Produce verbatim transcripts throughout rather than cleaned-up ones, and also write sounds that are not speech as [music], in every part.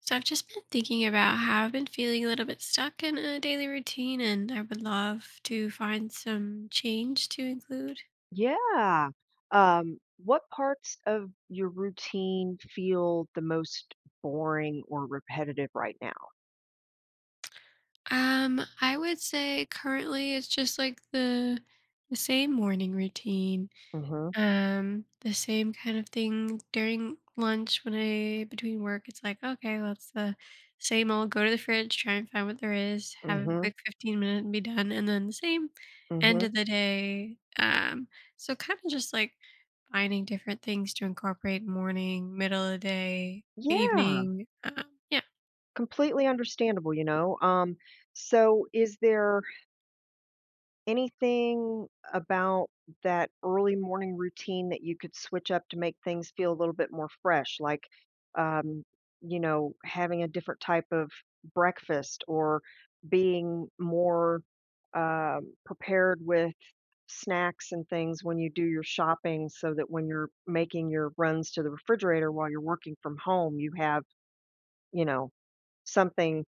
So I've just been thinking about how I've been feeling a little bit stuck in a daily routine, and I would love to find some change to include. Yeah. Um, what parts of your routine feel the most boring or repetitive right now? Um, I would say currently it's just like the the same morning routine. Mm. Um, the same kind of thing during lunch when I between work, it's like, okay, well, it's the same old go to the fridge, try and find what there is, Mhm. have a Mhm. quick fifteen minute and be done. And then the same end Mhm. of the day. Um, so kind of just like finding different things to incorporate morning, middle of the day, Yeah, evening. Um, yeah. completely understandable, you know. Um, so is there anything about that early morning routine that you could switch up to make things feel a little bit more fresh, like, um, you know, having a different type of breakfast or being more, um, prepared with snacks and things when you do your shopping so that when you're making your runs to the refrigerator while you're working from home, you have, you know, something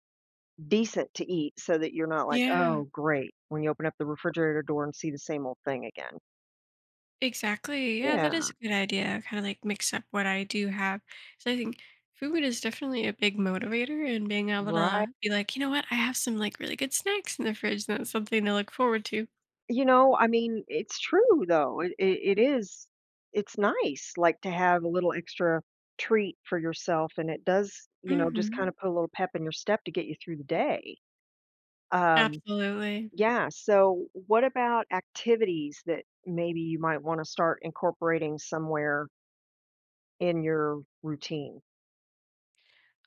decent to eat so that you're not like, Yeah. "Oh, great," when you open up the refrigerator door and see the same old thing again. Exactly. Yeah, that Yeah, is a good idea. Kind of like mix up what I do have. So I think food is definitely a big motivator and being able right. to be like, you know what, I have some like really good snacks in the fridge. and That's something to look forward to. You know, I mean, it's true though, it it it is it's nice, like, to have a little extra treat for yourself, and it does, you know, just kinda Hmm. put a little pep in your step to get you through the day. Um, Absolutely. yeah, so what about activities that maybe you might wanna start incorporating somewhere in your routine?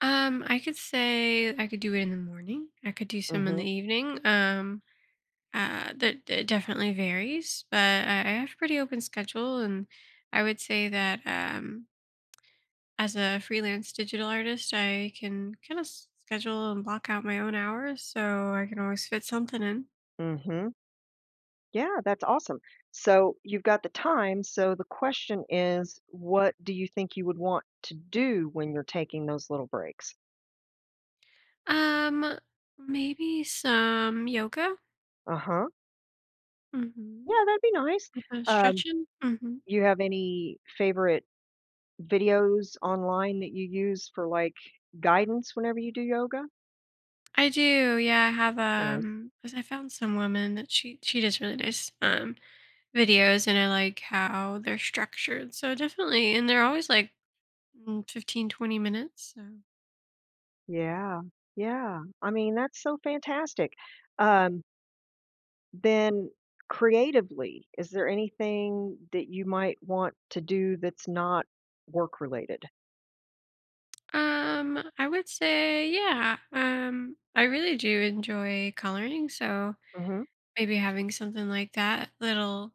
Um, I could say I could do it in the morning. I could do some in Mm. the evening. Um, uh, that it definitely varies, but I I have a pretty open schedule, and I would say that um, as a freelance digital artist, I can kind of schedule and block out my own hours so I can always fit something in. Mhm, mm mhm. Yeah, that's awesome. So you've got the time. So the question is, what do you think you would want to do when you're taking those little breaks? Um, Maybe some yoga. Uh huh. Mm-hmm. Yeah, that'd be nice. Uh, Um, Stretching. Hmm. you have any favorite videos online that you use for like guidance whenever you do yoga? I do. Yeah, I have. Nice. Um, 'cause I found some woman that she she does really nice um videos, and I like how they're structured. So definitely, and they're always like mm, fifteen, twenty minutes. So. Yeah. Yeah. I mean, that's so fantastic. Um, then creatively, is there anything that you might want to do that's not work related? Um, I would say, yeah. Um, I really do enjoy coloring, so Mhm. maybe having something like that, little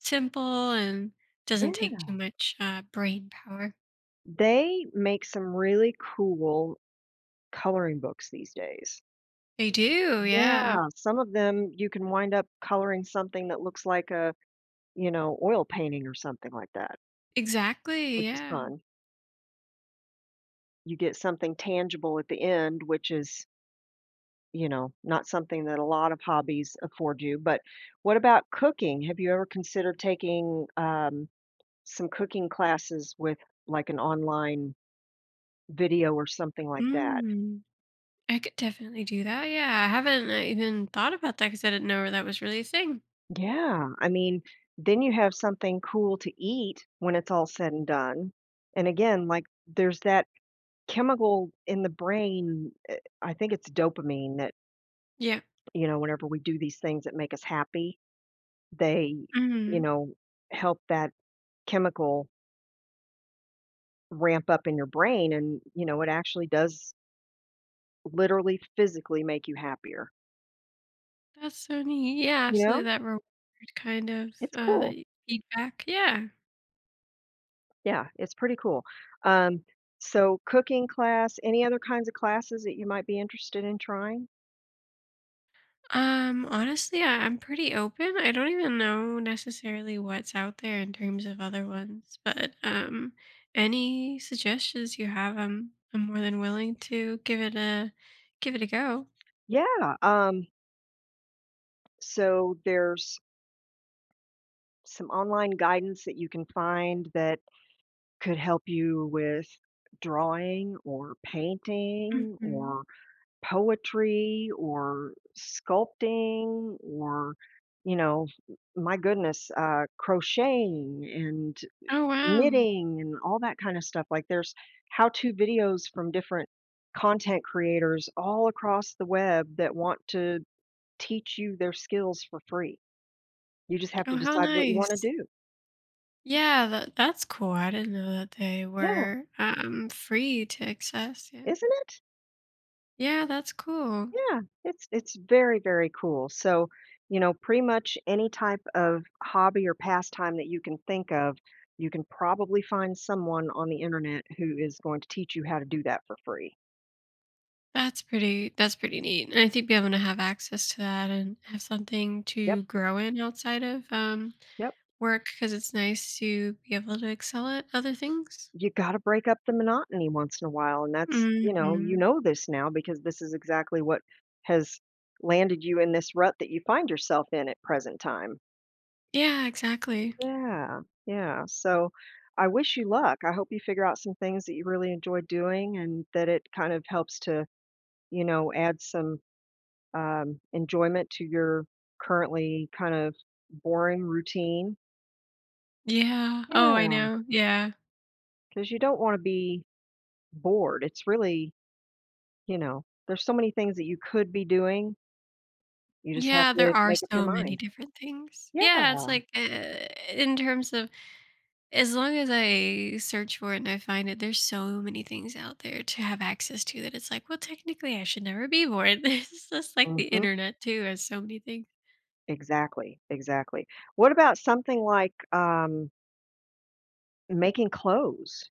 simple and Yeah. doesn't take too much uh, brain power. They make some really cool coloring books these days. They do, yeah. Yeah, some of them you can wind up coloring something that looks like a, you know, oil painting or something like that, Exactly, which is yeah. fun. You get something tangible at the end, which is, you know, not something that a lot of hobbies afford you. But what about cooking? Have you ever considered taking um, some cooking classes with like an online video or something like that? Mm, I could definitely do that. Yeah, I haven't uh, even thought about that because I didn't know that was really a thing. Yeah, I mean, then you have something cool to eat when it's all said and done, and again, like, there's that chemical in the brain, eh, I think it's dopamine that, Yeah. you know, whenever we do these things that make us happy, they, you Mm, know, help that chemical ramp up in your brain and, you know, it actually does literally physically make you happier, that's so neat. Yeah, you absolutely. know? That reward kind of It's uh, cool. that feedback. Yeah. Yeah, it's pretty cool. Um, so cooking class, any other kinds of classes that you might be interested in trying? Um, honestly, I, I'm pretty open. I don't even know necessarily what's out there in terms of other ones, but um, any suggestions you have, I'm I'm more than willing to give it a give it a go. Yeah, um, so there's some online guidance that you can find that could help you with drawing or painting or Hmm. poetry or sculpting or, you know, my goodness, uh, crocheting and Oh, wow! knitting and all that kind of stuff. Like there's how-to videos from different content creators all across the web that want to teach you their skills for free. You just have to Oh, how decide what you wanna nice! do. Yeah, that that's cool. I didn't know that they Yeah, were um free to access. Yeah, isn't it? yeah, that's cool. Yeah, it's it's very, very cool. So, you know, pretty much any type of hobby or pastime that you can think of, you can probably find someone on the internet who is going to teach you how to do that for free. That's pretty that's pretty neat. And I think being able to have access to that and have something Yep. to grow in outside of um, Yep. work, because it's nice to be able to excel at other things. You got to break up the monotony once in a while, and that's, you know, you Mhm. know this now because this is exactly what has landed you in this rut that you find yourself in at present time. Yeah, exactly. Yeah, yeah. So I wish you luck. I hope you figure out some things that you really enjoy doing and that it kind of helps to, you know, add some um, enjoyment to your currently kind of boring routine. Yeah. Oh, I Yeah, know. Yeah. because you don't want to be bored. It's really, you know, there's so many things that you could be doing. You just have Yeah, there to are make up your so many mind. different things. Yeah. Yeah, it's like, uh, in terms of, as long as I search for it and I find it, there's so many things out there to have access to that it's like, well, technically, I should never be born. [laughs] It's just like the Hmm. internet too has so many things. Exactly, exactly. What about something like um, making clothes?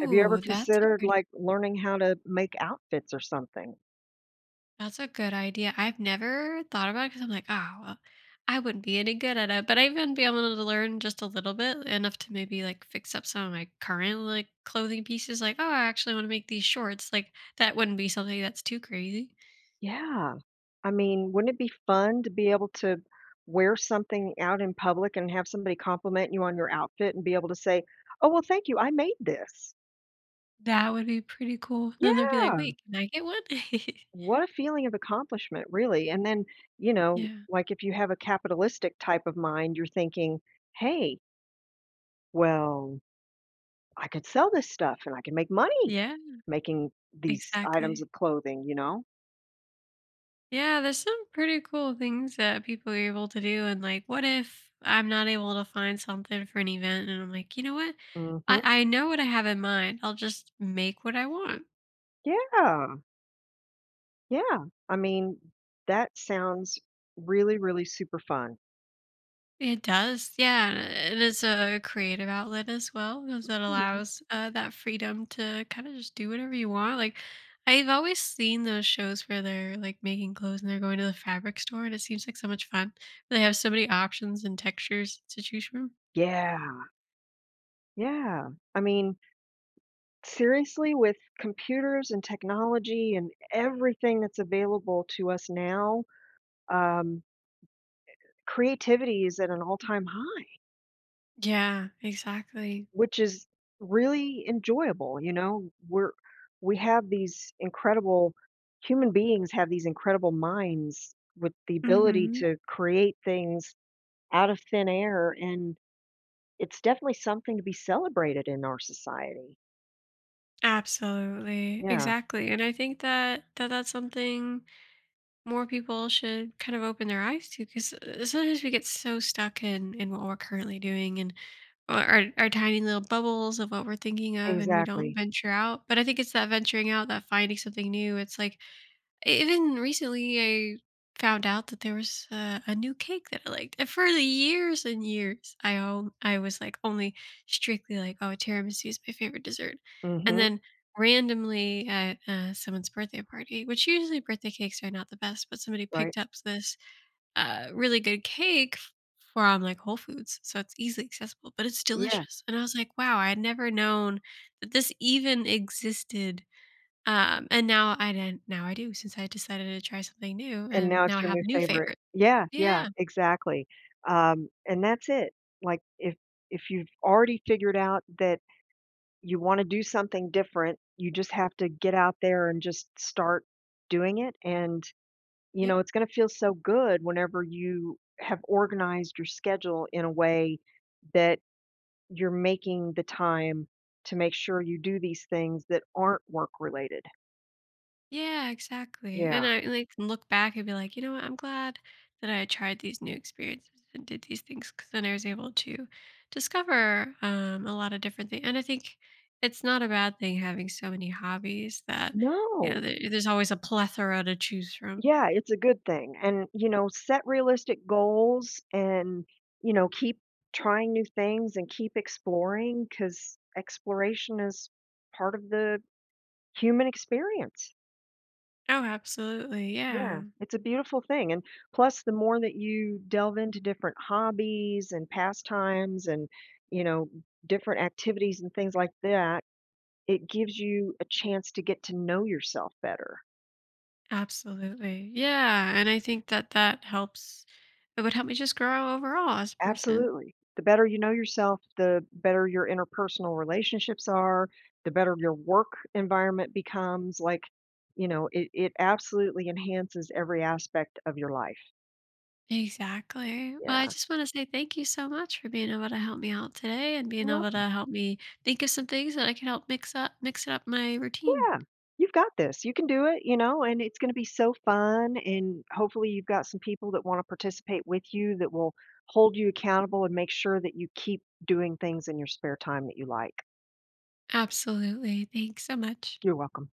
Have you ever that's a considered, pretty, like, learning how to make outfits or something? that's a good idea. I've never thought about it because I'm like, oh, well, I wouldn't be any good at it, but I even be able to learn just a little bit, enough to maybe like fix up some of my current like clothing pieces. Like, oh, I actually want to make these shorts. Like, that wouldn't be something that's too crazy. Yeah. I mean, wouldn't it be fun to be able to wear something out in public and have somebody compliment you on your outfit and be able to say, "Oh, well, thank you, I made this." That would be pretty cool. Then they'd be like, Yeah. "Wait, can I get one?" [laughs] What a feeling of accomplishment, really, and then, you know, Yeah. like, if you have a capitalistic type of mind, you're thinking, "Hey, well, I could sell this stuff and I can make money Yeah, making these items exactly. of clothing," you know? Yeah, there's some pretty cool things that people are able to do, and, like, what if I'm not able to find something for an event, and I'm like, "You know what? Mhm. I I know what I have in mind. I'll just make what I want." Yeah, yeah. I mean, that sounds really, really super fun. It does, yeah, and it is a creative outlet as well, because it Mhm. allows, uh, that freedom to kinda just do whatever you want. Like, I've always seen those shows where they're, like, making clothes and they're going to the fabric store, and it seems like so much fun. They have so many options and textures to choose from. Yeah, yeah. I mean, seriously, with computers and technology and everything that's available to us now, um, creativity is at an all-time high, Yeah, exactly. which is really enjoyable, you know? We're we have these incredible human beings have these incredible minds with the ability Mhm. to create things out of thin air, and it's definitely something to be celebrated in our society. Absolutely, Yeah, exactly, and I think that that that's something more people should kind of open their eyes to, because sometimes we get so stuck in in what we're currently doing, and our, our tiny little bubbles of what we're thinking of, and we don't exactly. venture out. But i think it's that venturing out, that finding something new, it's like, E-, Even recently, I found out that there was a, a new cake that I liked. And for the years and years, I on- I was like only strictly like, oh, tiramisu is my favorite dessert. And Mhm, then randomly at uh, someone's birthday party, which usually birthday cakes are not the best, but somebody right. picked up this uh, really good cake f- from like Whole Foods, so it's easily accessible, but it's Yeah, delicious. And I was like, wow, I had never known that this even existed, um, and now I didn't now I do, since I decided to try something new, and and now now it's I your have new a new favorite. favorite. Yeah, yeah, Yeah. exactly. Um, and that's it. Like, if if you've already figured out that you wanna do something different, you just have to get out there and just start doing it, and, you Yep. know, it's gonna feel so good whenever you have organized your schedule in a way that you're making the time to make sure you do these things that aren't work related. Yeah, exactly. Yeah. And I, like, can look back and be like, "You know what? I'm glad that I tried these new experiences and did these things, because then I was able to discover um, a lot of different things." And I think it's not a bad thing having so many hobbies that, you know, No. there there's always a plethora to choose from. Yeah, it's a good thing. And, you know, set realistic goals and, you know, keep trying new things and keep exploring because exploration is part of the human experience. Oh, absolutely, Yeah, yeah. it's a beautiful thing. And plus, the more that you delve into different hobbies and pastimes and, you know, different activities and things like that, it gives you a chance to get to know yourself better. Absolutely. Yeah. And I think that that helps. It would help me just grow overall as a person. Absolutely. The better you know yourself, the better your interpersonal relationships are, the better your work environment becomes, like, you know, it it absolutely enhances every aspect of your life. Exactly. Well, I Yeah. just want to say thank you so much for being able to help me out today and being You're able welcome. to help me think of some things that I can help mix up, mix it up my routine. Yeah. You've got this. You can do it, you know, and it's gonna be so fun, and hopefully you've got some people that wanna participate with you that will hold you accountable and make sure that you keep doing things in your spare time that you like. Absolutely. Thanks so much. You're welcome.